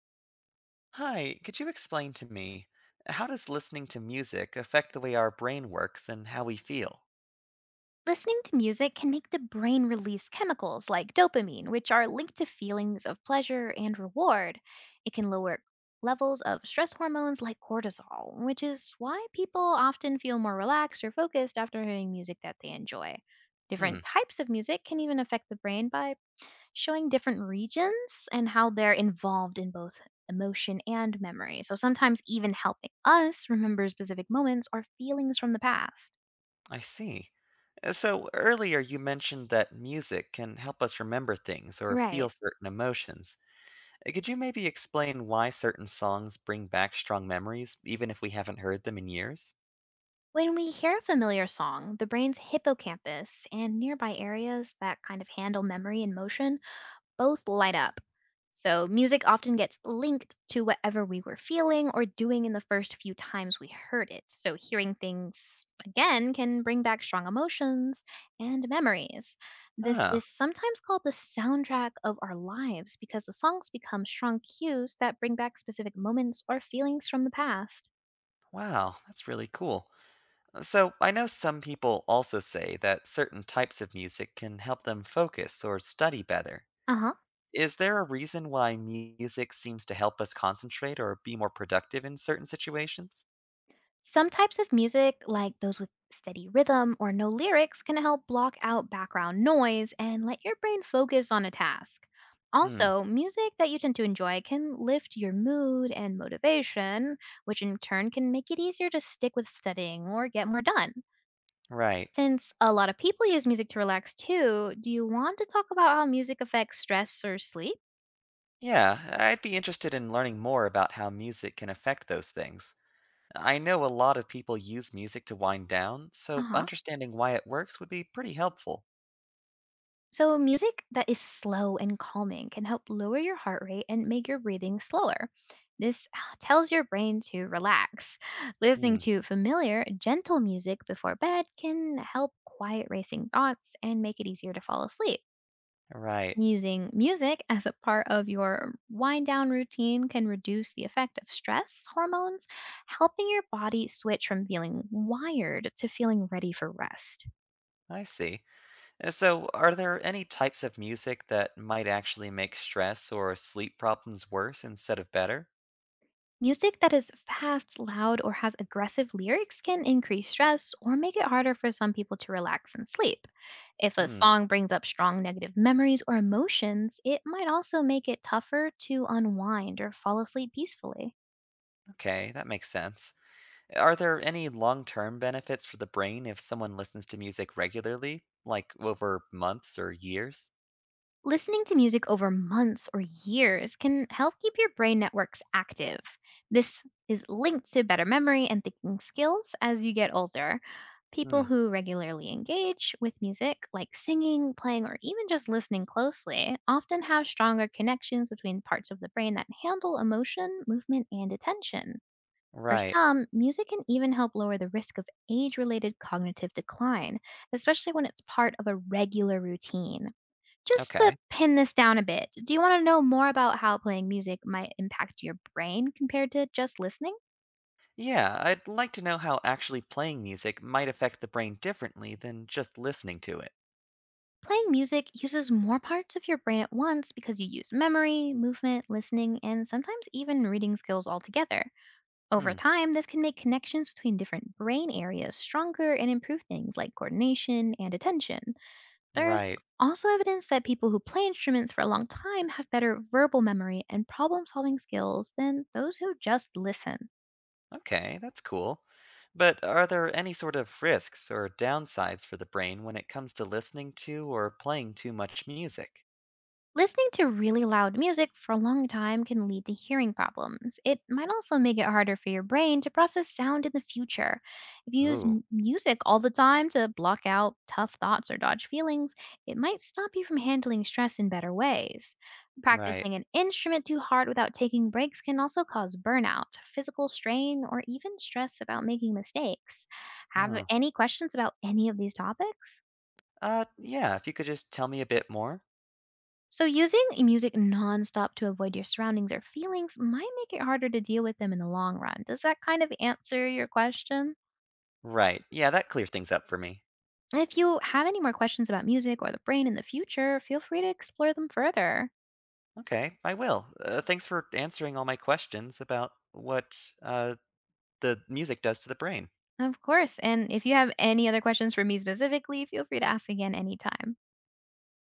Hi, could you explain to me how does listening to music affect the way our brain works and how we feel? Listening to music can make the brain release chemicals like dopamine, which are linked to feelings of pleasure and reward. It can lower levels of stress hormones like cortisol, which is why people often feel more relaxed or focused after hearing music that they enjoy. Hmm, Different types of music can even affect the brain by showing different regions and how they're involved in both emotion and memory, so sometimes even helping us remember specific moments or feelings from the past. I see. So earlier you mentioned that music can help us remember things or feel Right. certain emotions. Could you maybe explain why certain songs bring back strong memories, even if we haven't heard them in years? When we hear a familiar song, the brain's hippocampus and nearby areas that kind of handle memory and motion both light up. So, music often gets linked to whatever we were feeling or doing in the first few times we heard it, so hearing things again can bring back strong emotions and memories. This Ah, is sometimes called the soundtrack of our lives because the songs become strong cues that bring back specific moments or feelings from the past. wow, that's really cool. So I know some people also say that certain types of music can help them focus or study better. Uh huh. Is there a reason why music seems to help us concentrate or be more productive in certain situations? Some types of music, like those with steady rhythm or no lyrics, can help block out background noise and let your brain focus on a task. Hmm, Also, music that you tend to enjoy can lift your mood and motivation, which in turn can make it easier to stick with studying or get more done. right. Since a lot of people use music to relax too, do you want to talk about how music affects stress or sleep? Yeah, I'd be interested in learning more about how music can affect those things. I know a lot of people use music to wind down, Uh so huh. understanding why it works would be pretty helpful. So, music that is slow and calming can help lower your heart rate and make your breathing slower. This tells your brain to relax. Listening Hmm, to familiar, gentle music before bed can help quiet racing thoughts and make it easier to fall asleep. right. Using music as a part of your wind down routine can reduce the effect of stress hormones, helping your body switch from feeling wired to feeling ready for rest. I see. So, are there any types of music that might actually make stress or sleep problems worse instead of better? Music that is fast, loud, or has aggressive lyrics can increase stress or make it harder for some people to relax and sleep. If a Hmm, song brings up strong negative memories or emotions, it might also make it tougher to unwind or fall asleep peacefully. okay, that makes sense. Are there any long term benefits for the brain if someone listens to music regularly, like over months or years? Listening to music over months or years can help keep your brain networks active. This is linked to better memory and thinking skills as you get older. People Hmm, who regularly engage with music, like singing, playing, or even just listening closely, often have stronger connections between parts of the brain that handle emotion, movement, and attention. For right. some, music can even help lower the risk of age related cognitive decline, especially when it's part of a regular routine. Just to Okay. pin this down a bit, do you want to know more about how playing music might impact your brain compared to just listening? Yeah, I'd like to know how actually playing music might affect the brain differently than just listening to it. Playing music uses more parts of your brain at once because you use memory, movement, listening, and sometimes even reading skills all together. Over Hmm, time, this can make connections between different brain areas stronger and improve things like coordination and attention. There's right. also evidence that people who play instruments for a long time have better verbal memory and problem solving skills than those who just listen. Okay, that's cool. But are there any sort of risks or downsides for the brain when it comes to listening to or playing too much music? Listening to really loud music for a long time can lead to hearing problems. It might also make it harder for your brain to process sound in the future. If you use Ooh, music all the time to block out tough thoughts or dodge feelings, it might stop you from handling stress in better ways. right. Practicing an instrument too hard without taking breaks can also cause burnout, physical strain, or even stress about making mistakes. Have Oh. any questions about any of these topics? Yeah, if you could just tell me a bit more. So, using music nonstop to avoid your surroundings or feelings might make it harder to deal with them in the long run. Does that kind of answer your question? Right. Yeah, that clears things up for me. If you have any more questions about music or the brain in the future, feel free to explore them further. Okay, I will. Thanks for answering all my questions about what uh, the music does to the brain. Of course. And if you have any other questions for me specifically, feel free to ask again anytime.